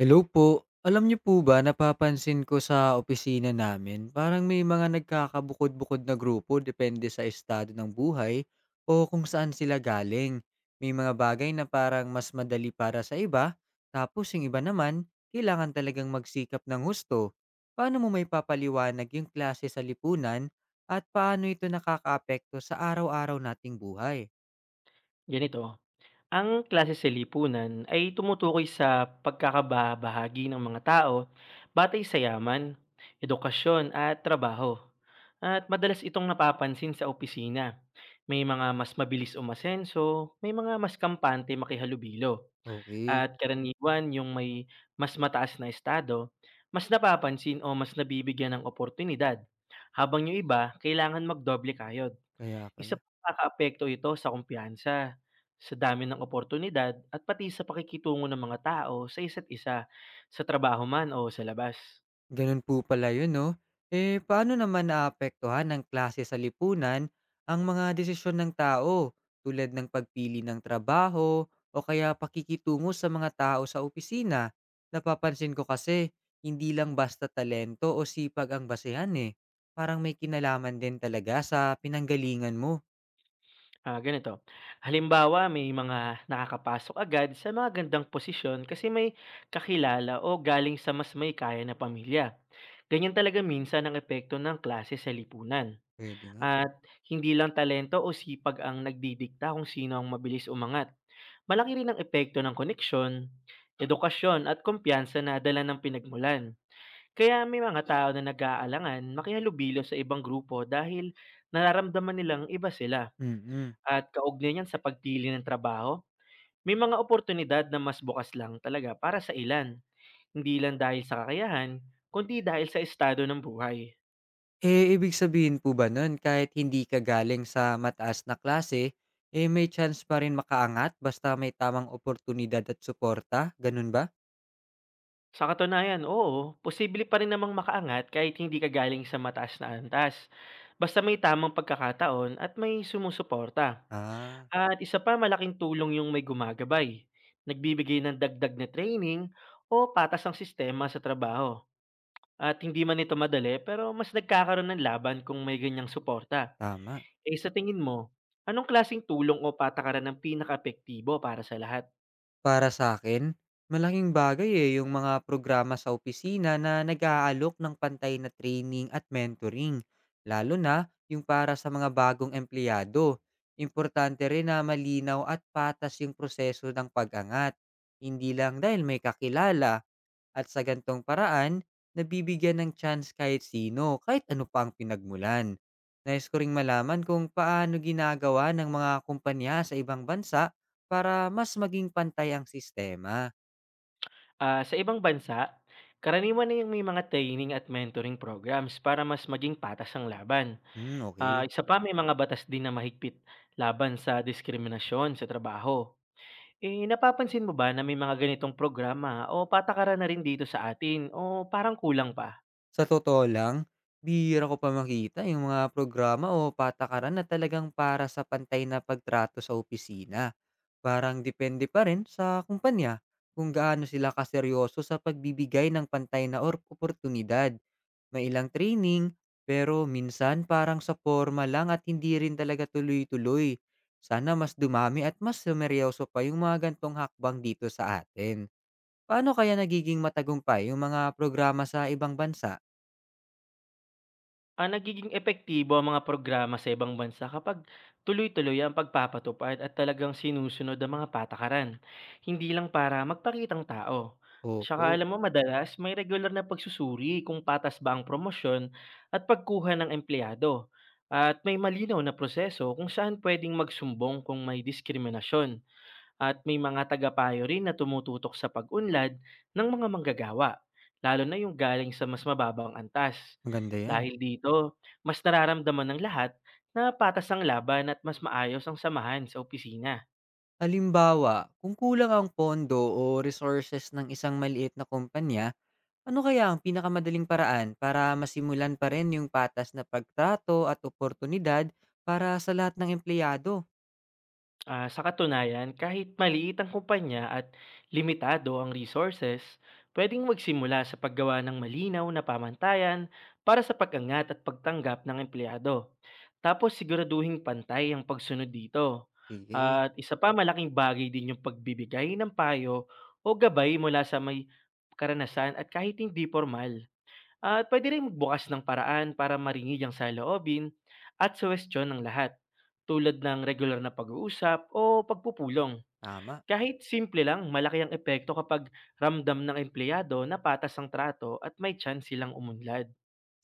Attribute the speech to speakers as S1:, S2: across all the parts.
S1: Hello po. Alam niyo po ba, napapansin ko sa opisina namin, parang may mga nagkakabukod-bukod na grupo depende sa estado ng buhay o kung saan sila galing. May mga bagay na parang mas madali para sa iba, tapos yung iba naman, kailangan talagang magsikap ng husto. Paano mo may papaliwanag yung klase sa lipunan at paano ito nakakaapekto sa araw-araw nating buhay?
S2: Ganito, ang klase sa lipunan ay tumutukoy sa pagkakabahagi ng mga tao batay sa yaman, edukasyon at trabaho. At madalas itong napapansin sa opisina. May mga mas mabilis umasenso, may mga mas kampante makihalubilo.
S1: Okay,
S2: At karaniwan yung may mas mataas na estado, mas napapansin o mas nabibigyan ng oportunidad. Habang yung iba, kailangan magdoble kayod.
S1: kaya
S2: Isa
S1: pala.
S2: pang nakakaapekto ito sa kumpiyansa, sa dami ng oportunidad at pati sa pakikitungo ng mga tao sa isa't isa, sa trabaho man o sa labas.
S1: Ganun po pala yun 'no. Eh, paano naman naapektuhan ng klase sa lipunan ang mga desisyon ng tao tulad ng pagpili ng trabaho o kaya pakikitungo sa mga tao sa opisina? Napapansin ko kasi hindi lang basta talento o sipag ang basehan eh. Parang may kinalaman din talaga sa pinanggalingan mo.
S2: Ah, ganito, halimbawa may mga nakakapasok agad sa mga gandang posisyon kasi may kakilala o galing sa mas may kaya na pamilya. Ganyan talaga minsan ang epekto ng klase sa lipunan.
S1: Puwede nga,
S2: At hindi lang talento o sipag ang nagdidikta kung sino ang mabilis umangat. Malaki rin ang epekto ng koneksyon, edukasyon at kumpiyansa na dala ng pinagmulan. Kaya may mga tao na nag-aalangan makihalubilo sa ibang grupo dahil nararamdaman nilang iba sila.
S1: mm.
S2: At kaugnay niyan sa pagpili ng trabaho, may mga oportunidad na mas bukas lang talaga para sa ilan. Hindi lang dahil sa kakayahan, kundi dahil sa estado ng buhay.
S1: Eh, ibig sabihin po ba nun kahit hindi ka galing sa mataas na klase, eh, may chance pa rin makaangat basta may tamang oportunidad at suporta, ganun ba?
S2: Sa katunayan, oo, posible pa rin namang makaangat kahit hindi ka galing sa mataas na antas. Basta may tamang pagkakataon at may sumusuporta.
S1: Ah,
S2: At isa pa, malaking tulong yung may gumagabay, nagbibigay ng dagdag na training o patas ang sistema sa trabaho. At hindi man ito madali, pero mas nagkakaroon ng laban kung may ganyang suporta.
S1: tama.
S2: Eh sa tingin mo, anong klaseng tulong o patakaran ang pinaka para sa lahat?
S1: Para sa akin, malaking bagay, eh, yung mga programa sa opisina na nag-aalok ng pantay na training at mentoring, lalo na yung para sa mga bagong empleyado. Importante rin na malinaw at patas yung proseso ng pag-angat, hindi lang dahil may kakilala. At sa gantong paraan, nabibigyan ng chance kahit sino, kahit ano pa ang pinagmulan. Nais ko ring malaman kung paano ginagawa ng mga kumpanya sa ibang bansa para mas maging pantay ang sistema.
S2: Ah, sa ibang bansa, karaniwan na yung may mga training at mentoring programs para mas maging patas ang laban.
S1: Hmm,
S2: Ah,
S1: okay.
S2: isa pa, may mga batas din na mahigpit laban sa diskriminasyon sa trabaho. Eh, napapansin mo ba na may mga ganitong programa o patakaran na rin dito sa atin o parang kulang pa?
S1: Sa totoo lang, bihira ko pa makita yung mga programa o patakaran na talagang para sa pantay na pagtrato sa opisina. Parang depende pa rin sa kumpanya kung gaano sila kaseryoso sa pagbibigay ng pantay na or oportunidad. May ilang training, pero minsan parang sa forma lang at hindi rin talaga tuloy-tuloy. Sana mas dumami at mas sumeryoso pa yung mga gantong hakbang dito sa atin. Paano kaya nagiging matagumpay yung mga programa sa ibang bansa?
S2: Ah, nagiging epektibo ang mga programa sa ibang bansa kapag tuloy-tuloy ang pagpapatupad at talagang sinusunod ang mga patakaran. Hindi lang para magpakitang tao. Tsaka
S1: Opo,
S2: alam mo madalas may regular na pagsusuri kung patas ba ang promosyon at pagkuha ng empleyado. At may malinaw na proseso kung saan pwedeng magsumbong kung may diskriminasyon at may mga tagapayo rin na tumututok sa pag-unlad ng mga manggagawa, lalo na yung galing sa mas mababang antas.
S1: maganda yan.
S2: Dahil dito, mas nararamdaman ng lahat na patas ang laban at mas maayos ang samahan sa opisina.
S1: Halimbawa, kung kulang ang pondo o resources ng isang maliit na kumpanya, ano kaya ang pinakamadaling paraan para masimulan pa rin yung patas na pagtrato at oportunidad para sa lahat ng empleyado?
S2: Ah, sa katunayan, kahit maliit ang kumpanya at limitado ang resources, pwedeng magsimula sa paggawa ng malinaw na pamantayan para sa pag-angat at pagtanggap ng empleyado. Tapos siguraduhin pantay ang pagsunod dito.
S1: Sige,
S2: At isa pa malaking bagay din yung pagbibigay ng payo o gabay mula sa may karanasan at kahit hindi formal. At puwede ring magbukas ng paraan para maringid ang saloobin at suhestiyon ng lahat, tulad ng regular na pag-uusap o pagpupulong.
S1: tama.
S2: Kahit simple lang, malaki ang epekto kapag ramdam ng empleyado na patas ang trato at may chance silang umunlad.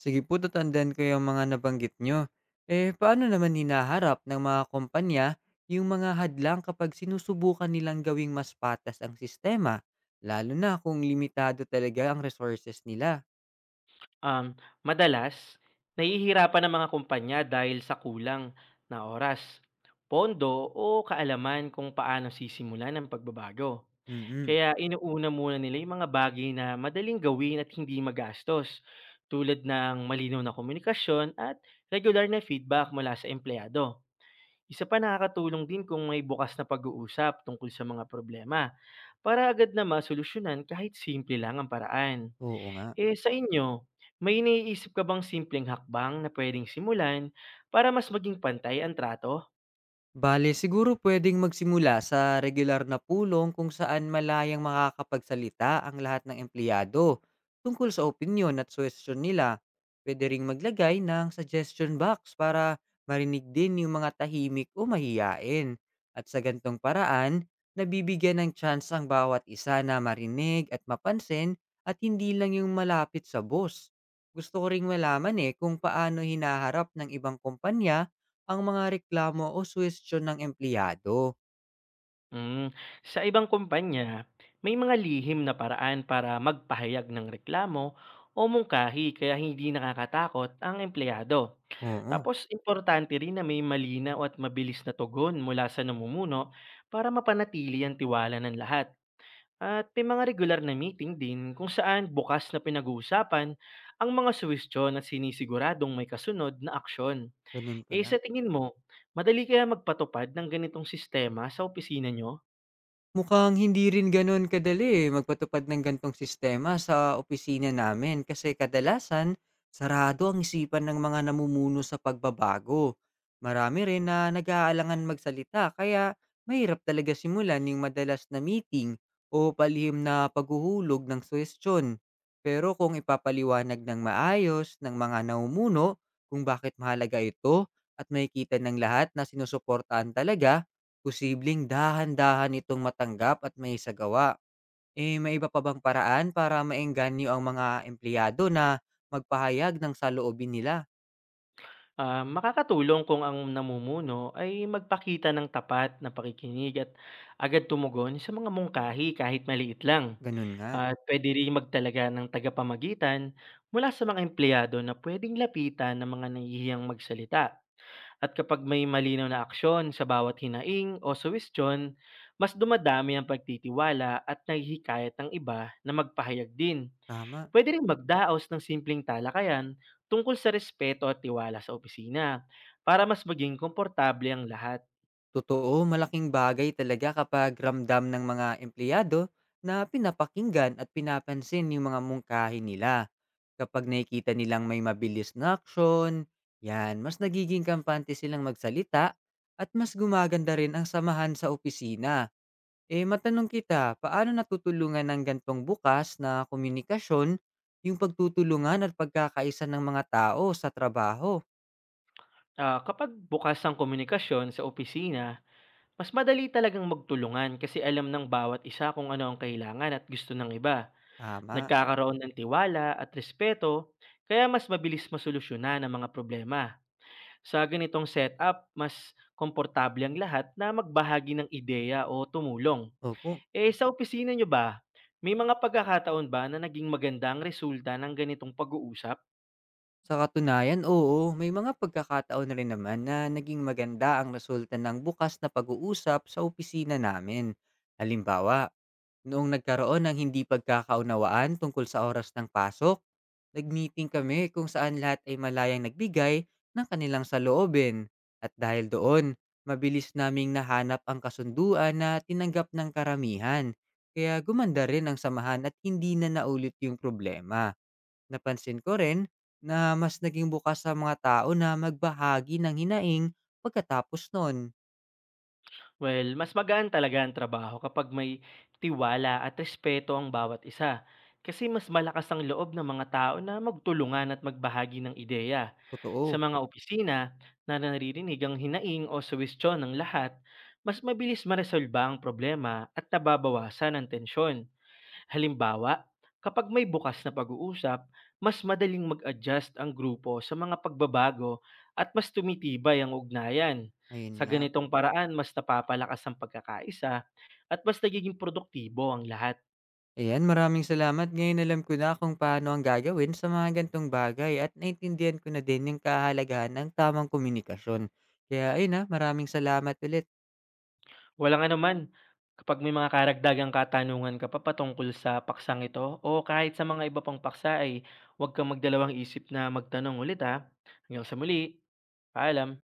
S1: Sige po, tatandaan ko yung mga nabanggit nyo. Eh, paano naman hinaharap ng mga kumpanya yung mga hadlang kapag sinusubukan nilang gawing mas patas ang sistema? Lalo na kung limitado talaga ang resources nila.
S2: Um, Madalas, nahihirapan ang mga kumpanya dahil sa kulang na oras, pondo o kaalaman kung paano sisimulan ang pagbabago.
S1: Mm-mm.
S2: Kaya inuuna muna nila yung mga bagay na madaling gawin at hindi magastos, tulad ng malinaw na komunikasyon at regular na feedback mula sa empleyado. Isa pa nakakatulong din kung may bukas na pag-uusap tungkol sa mga problema para agad na masolusyonan kahit simple lang ang paraan.
S1: Oo nga.
S2: Eh sa inyo, may iniisip ka bang simpleng hakbang na pwedeng simulan para mas maging pantay ang trato?
S1: Bale, siguro puwedeng magsimula sa regular na pulong kung saan malayang makakapagsalita ang lahat ng empleyado tungkol sa opinyon at suwestiyon nila. Pwede ring maglagay ng suggestion box para marinig din yung mga tahimik o mahiyain. At sa gantong paraan, nabibigyan ng chance ang bawat isa na marinig at mapansin at hindi lang yung malapit sa boss. Gusto ko ring malaman eh kung paano hinaharap ng ibang kumpanya ang mga reklamo o suhestiyon ng empleyado,
S2: Hmm, sa ibang kumpanya, may mga lihim na paraan para magpahayag ng reklamo o mungkahi kaya hindi nakakatakot ang empleyado.
S1: oo,
S2: Tapos importante rin na may malinaw at mabilis na tugon mula sa namumuno para mapanatili ang tiwala ng lahat. At may mga regular na meeting din kung saan bukas na pinag-uusapan ang mga suwestyon at sinisiguradong may kasunod na aksyon.
S1: gano'n
S2: Eh
S1: pala.
S2: sa tingin mo, madali kaya magpatupad ng ganitong sistema sa opisina nyo?
S1: Mukhang hindi rin gano'n kadali, eh, magpatupad ng gantong sistema sa opisina namin kasi kadalasan sarado ang isipan ng mga namumuno sa pagbabago. Marami rin na nag-aalangan magsalita kaya mahirap talaga simulan yung madalas na meeting o palihim na paghuhulog ng suwestyon. Pero kung ipapaliwanag ng maayos ng mga namumuno kung bakit mahalaga ito at makikita ng lahat na sinusuportaan talaga, posibleng dahan-dahan itong matanggap at may maisagawa. Eh, may iba pa bang paraan para maengganyo ang mga empleyado na magpahayag ng saloobin nila?
S2: Ah, makakatulong kung ang namumuno ay magpakita ng tapat na pakikinig at agad tumugon sa mga mungkahi kahit maliit lang.
S1: Ganun nga,
S2: At pwede rin magtalaga ng tagapamagitan mula sa mga empleyado na pwedeng lapitan ng mga nahihiyang magsalita. At kapag may malinaw na aksyon sa bawat hinaing o suwestyon, mas dumadami ang pagtitiwala at nahihikayat ng iba na magpahayag din.
S1: tama.
S2: Puwede ring magdaos ng simpleng talakayan tungkol sa respeto at tiwala sa opisina para mas maging komportable ang lahat.
S1: Totoo, malaking bagay talaga kapag ramdam ng mga empleyado na pinapakinggan at pinapansin yung mga mungkahi nila. Kapag nakikita nilang may mabilis na aksyon, yan, mas nagiging kampante silang magsalita at mas gumaganda rin ang samahan sa opisina. Eh, matanong kita, paano natutulungan ng gantong bukas na komunikasyon yung pagtutulungan at pagkakaisa ng mga tao sa trabaho?
S2: Ah, kapag bukas ang komunikasyon sa opisina, mas madali talagang magtulungan kasi alam ng bawat isa kung ano ang kailangan at gusto ng iba.
S1: Tama.
S2: Nagkakaroon ng tiwala at respeto, kaya mas mabilis masolusyonan ang mga problema. Sa ganitong setup, mas komportable ang lahat na magbahagi ng ideya o tumulong.
S1: Opo.
S2: Eh, sa opisina niyo ba, may mga pagkakataon ba na naging maganda ang resulta ng ganitong pag-uusap?
S1: Sa katunayan, oo, may mga pagkakataon na rin naman na naging maganda ang resulta ng bukas na pag-uusap sa opisina namin. Halimbawa, noong nagkaroon ng hindi pagkakaunawaan tungkol sa oras ng pasok, nag-meeting kami kung saan lahat ay malayang nagbigay ng kanilang saloobin at dahil doon, mabilis naming nahanap ang kasunduan na tinanggap ng karamihan. Kaya gumanda rin ang samahan at hindi na naulit yung problema. Napansin ko rin na mas naging bukas sa mga tao na magbahagi ng hinaing pagkatapos nun.
S2: Well, mas magaan talaga ang trabaho kapag may tiwala at respeto ang bawat isa. Kasi mas malakas ang loob ng mga tao na magtulungan at magbahagi ng ideya. Sa
S1: Totoo,
S2: mga opisina na naririnig ang hinaing o suwestyon ng lahat, mas mabilis maresolba ang problema at nababawasan ang tensyon. Halimbawa, kapag may bukas na pag-uusap, mas madaling mag-adjust ang grupo sa mga pagbabago at mas tumitibay ang ugnayan.
S1: ayun
S2: Sa
S1: nga.
S2: ganitong paraan, mas napapalakas ang pagkakaisa at mas nagiging produktibo ang lahat.
S1: Ayan, maraming salamat. Ngayon alam ko na kung paano ang gagawin sa mga gantong bagay at naintindihan ko na din yung kahalagahan ng tamang komunikasyon. Kaya ayun na, maraming salamat ulit.
S2: Wala nga naman, kapag may mga karagdagang katanungan ka pa patungkol sa paksang ito o kahit sa mga iba pang paksa ay huwag kang magdalawang isip na magtanong ulit ha. Hanggang sa muli, paalam.